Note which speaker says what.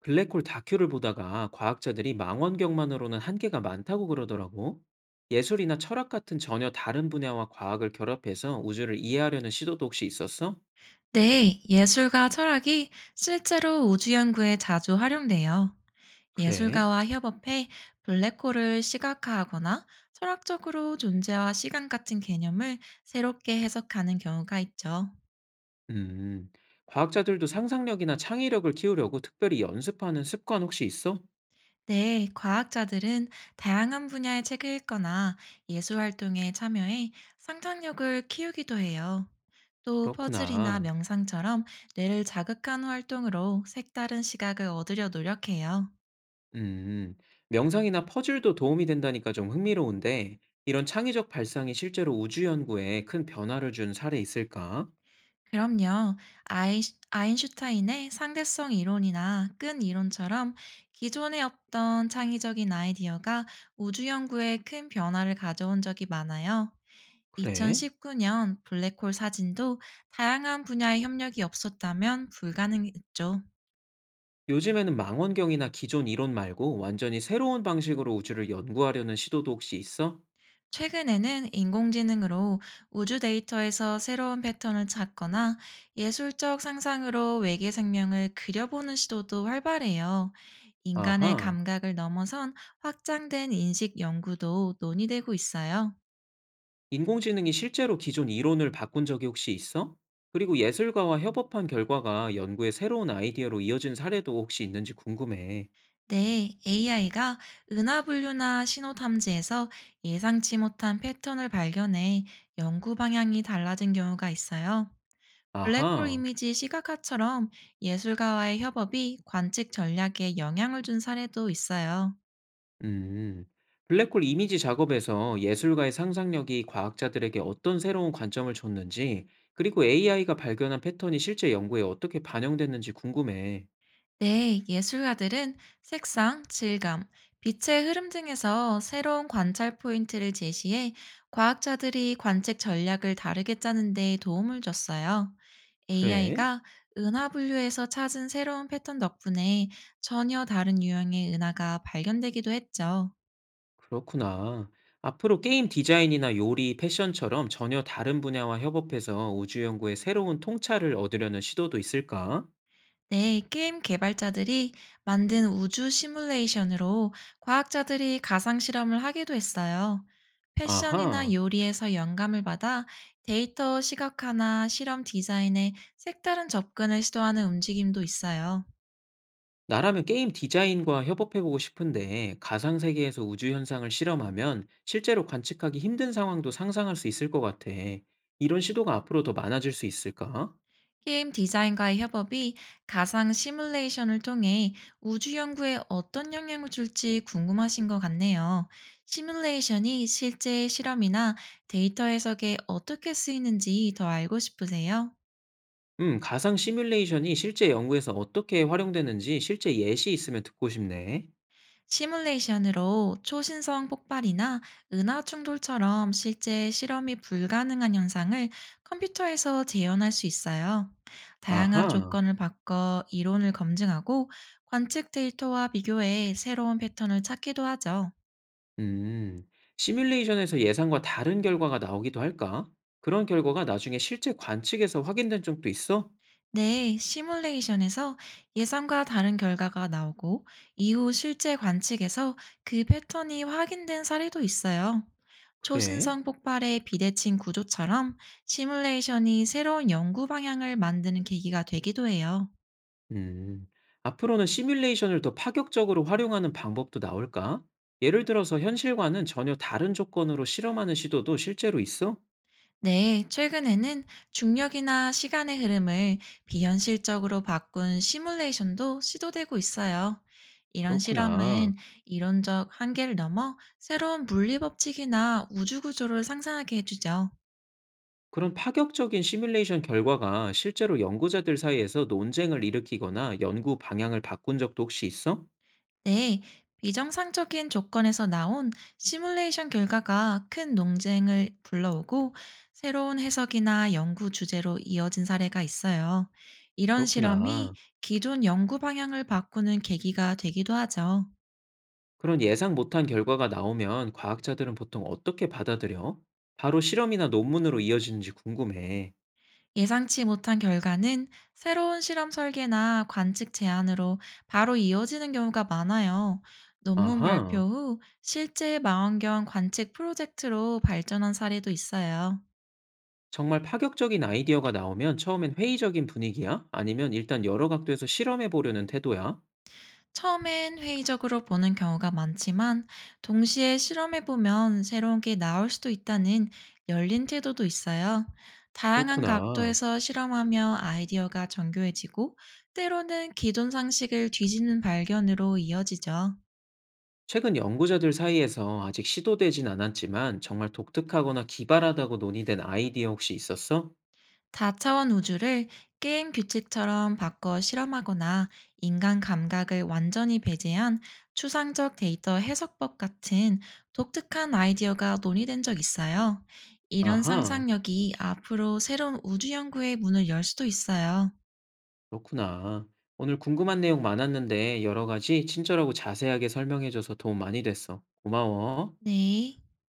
Speaker 1: 블랙홀 다큐를 보다가 과학자들이 망원경만으로는 한계가 많다고 그러더라고. 예술이나 철학 같은 전혀 다른 분야와 과학을 결합해서 우주를 이해하려는 시도도 혹시 있었어?
Speaker 2: 네, 예술과 철학이 실제로 우주 연구에 자주 활용돼요.
Speaker 1: 그래.
Speaker 2: 예술가와 협업해 블랙홀을 시각화하거나 철학적으로 존재와 시간 같은 개념을 새롭게 해석하는 경우가 있죠.
Speaker 1: 음. 과학자들도 상상력이나 창의력을 키우려고 특별히 연습하는 습관 혹시 있어?
Speaker 2: 네, 과학자들은 다양한 분야의 책을 읽거나 예술 활동에 참여해 상상력을 키우기도 해요. 또 퍼즐이나
Speaker 1: 그렇구나.
Speaker 2: 명상처럼 뇌를 자극하는 활동으로 색다른 시각을 얻으려 노력해요.
Speaker 1: 음. 명상이나 퍼즐도 도움이 된다니까 좀 흥미로운데, 이런 창의적 발상이 실제로 우주 연구에 큰 변화를 준 사례 있을까?
Speaker 2: 그럼요. 아이, 아인슈타인의 상대성 이론이나 끈 이론처럼 기존에 없던 창의적인 아이디어가 우주 연구에 큰 변화를 가져온 적이 많아요.
Speaker 1: 그래.
Speaker 2: 2019년 블랙홀 사진도 다양한 분야의 협력이 없었다면 불가능했죠.
Speaker 1: 요즘에는 망원경이나 기존 이론 말고 완전히 새로운 방식으로 우주를 연구하려는 시도도 혹시 있어?
Speaker 2: 최근에는 인공지능으로 우주 데이터에서 새로운 패턴을 찾거나 예술적 상상으로 외계 생명을 그려보는 시도도 활발해요. 인간의
Speaker 1: 아하,
Speaker 2: 감각을 넘어선 확장된 인식 연구도 논의되고 있어요.
Speaker 1: 인공지능이 실제로 기존 이론을 바꾼 적이 혹시 있어? 그리고 예술가와 협업한 결과가 연구의 새로운 아이디어로 이어진 사례도 혹시 있는지 궁금해.
Speaker 2: 네, AI가 은하 분류나 신호 탐지에서 예상치 못한 패턴을 발견해 연구 방향이 달라진 경우가 있어요. 블랙홀
Speaker 1: 아하,
Speaker 2: 이미지 시각화처럼 예술가와의 협업이 관측 전략에 영향을 준 사례도 있어요.
Speaker 1: 음. 블랙홀 이미지 작업에서 예술가의 상상력이 과학자들에게 어떤 새로운 관점을 줬는지, 그리고 AI가 발견한 패턴이 실제 연구에 어떻게 반영됐는지 궁금해.
Speaker 2: 네, 예술가들은 색상, 질감, 빛의 흐름 등에서 새로운 관찰 포인트를 제시해 과학자들이 관측 전략을 다르게 짜는 데 도움을 줬어요.
Speaker 1: 그래?
Speaker 2: AI가 은하 분류에서 찾은 새로운 패턴 덕분에 전혀 다른 유형의 은하가 발견되기도 했죠.
Speaker 1: 그렇구나. 앞으로 게임 디자인이나 요리, 패션처럼 전혀 다른 분야와 협업해서 우주 연구에 새로운 통찰을 얻으려는 시도도 있을까?
Speaker 2: 네, 게임 개발자들이 만든 우주 시뮬레이션으로 과학자들이 가상 실험을 하기도 했어요. 패션이나
Speaker 1: 아하.
Speaker 2: 요리에서 영감을 받아 데이터 시각화나 실험 디자인에 색다른 접근을 시도하는 움직임도 있어요.
Speaker 1: 나라면 게임 디자인과 협업해보고 싶은데 가상 세계에서 우주 현상을 실험하면 실제로 관측하기 힘든 상황도 상상할 수 있을 것 같아. 이런 시도가 앞으로 더 많아질 수 있을까?
Speaker 2: 게임 디자인과의 협업이 가상 시뮬레이션을 통해 우주 연구에 어떤 영향을 줄지 궁금하신 것 같네요. 시뮬레이션이 실제 실험이나 데이터 해석에 어떻게 쓰이는지 더 알고 싶으세요?
Speaker 1: 가상 시뮬레이션이 실제 연구에서 어떻게 활용되는지 실제 예시 있으면 듣고 싶네.
Speaker 2: 시뮬레이션으로 초신성 폭발이나 은하 충돌처럼 실제 실험이 불가능한 현상을 컴퓨터에서 재현할 수 있어요. 다양한
Speaker 1: 아하.
Speaker 2: 조건을 바꿔 이론을 검증하고 관측 데이터와 비교해 새로운 패턴을 찾기도 하죠.
Speaker 1: 음, 시뮬레이션에서 예상과 다른 결과가 나오기도 할까? 그런 결과가 나중에 실제 관측에서 확인된 적도 있어?
Speaker 2: 네, 시뮬레이션에서 예상과 다른 결과가 나오고 이후 실제 관측에서 그 패턴이 확인된 사례도 있어요.
Speaker 1: 그래?
Speaker 2: 초신성 폭발의 비대칭 구조처럼 시뮬레이션이 새로운 연구 방향을 만드는 계기가 되기도 해요.
Speaker 1: 음, 앞으로는 시뮬레이션을 더 파격적으로 활용하는 방법도 나올까? 예를 들어서 현실과는 전혀 다른 조건으로 실험하는 시도도 실제로 있어?
Speaker 2: 네, 최근에는 중력이나 시간의 흐름을 비현실적으로 바꾼 시뮬레이션도 시도되고 있어요. 이런
Speaker 1: 그렇구나.
Speaker 2: 실험은 이론적 한계를 넘어 새로운 물리 법칙이나 우주 구조를 상상하게 해주죠.
Speaker 1: 그런 파격적인 시뮬레이션 결과가 실제로 연구자들 사이에서 논쟁을 일으키거나 연구 방향을 바꾼 적도 혹시 있어?
Speaker 2: 네, 비정상적인 조건에서 나온 시뮬레이션 결과가 큰 논쟁을 불러오고 새로운 해석이나 연구 주제로 이어진 사례가 있어요. 이런 실험이
Speaker 1: 그렇구나.
Speaker 2: 기존 연구 방향을 바꾸는 계기가 되기도 하죠.
Speaker 1: 그런 예상 못한 결과가 나오면 과학자들은 보통 어떻게 받아들여? 바로 실험이나 논문으로 이어지는지 궁금해.
Speaker 2: 예상치 못한 결과는 새로운 실험 설계나 관측 제안으로 바로 이어지는 경우가 많아요. 논문 발표
Speaker 1: 아하,
Speaker 2: 후 실제 망원경 관측 프로젝트로 발전한 사례도 있어요.
Speaker 1: 정말 파격적인 아이디어가 나오면 처음엔 회의적인 분위기야? 아니면 일단 여러 각도에서 실험해 보려는 태도야?
Speaker 2: 처음엔 회의적으로 보는 경우가 많지만 동시에 실험해보면 새로운 게 나올 수도 있다는 열린 태도도 있어요. 다양한
Speaker 1: 그렇구나.
Speaker 2: 각도에서 실험하며 아이디어가 정교해지고 때로는 기존 상식을 뒤지는 발견으로 이어지죠.
Speaker 1: 최근 연구자들 사이에서 아직 시도되진 않았지만 정말 독특하거나 기발하다고 논의된 아이디어 혹시 있었어?
Speaker 2: 다차원 우주를 게임 규칙처럼 바꿔 실험하거나 인간 감각을 완전히 배제한 추상적 데이터 해석법 같은 독특한 아이디어가 논의된 적 있어요. 이런
Speaker 1: 아하.
Speaker 2: 상상력이 앞으로 새로운 우주 연구의 문을 열 수도 있어요.
Speaker 1: 그렇구나. 오늘 궁금한 내용 많았는데 여러 가지 친절하고 자세하게 설명해줘서 도움 많이 됐어. 고마워.
Speaker 2: 네.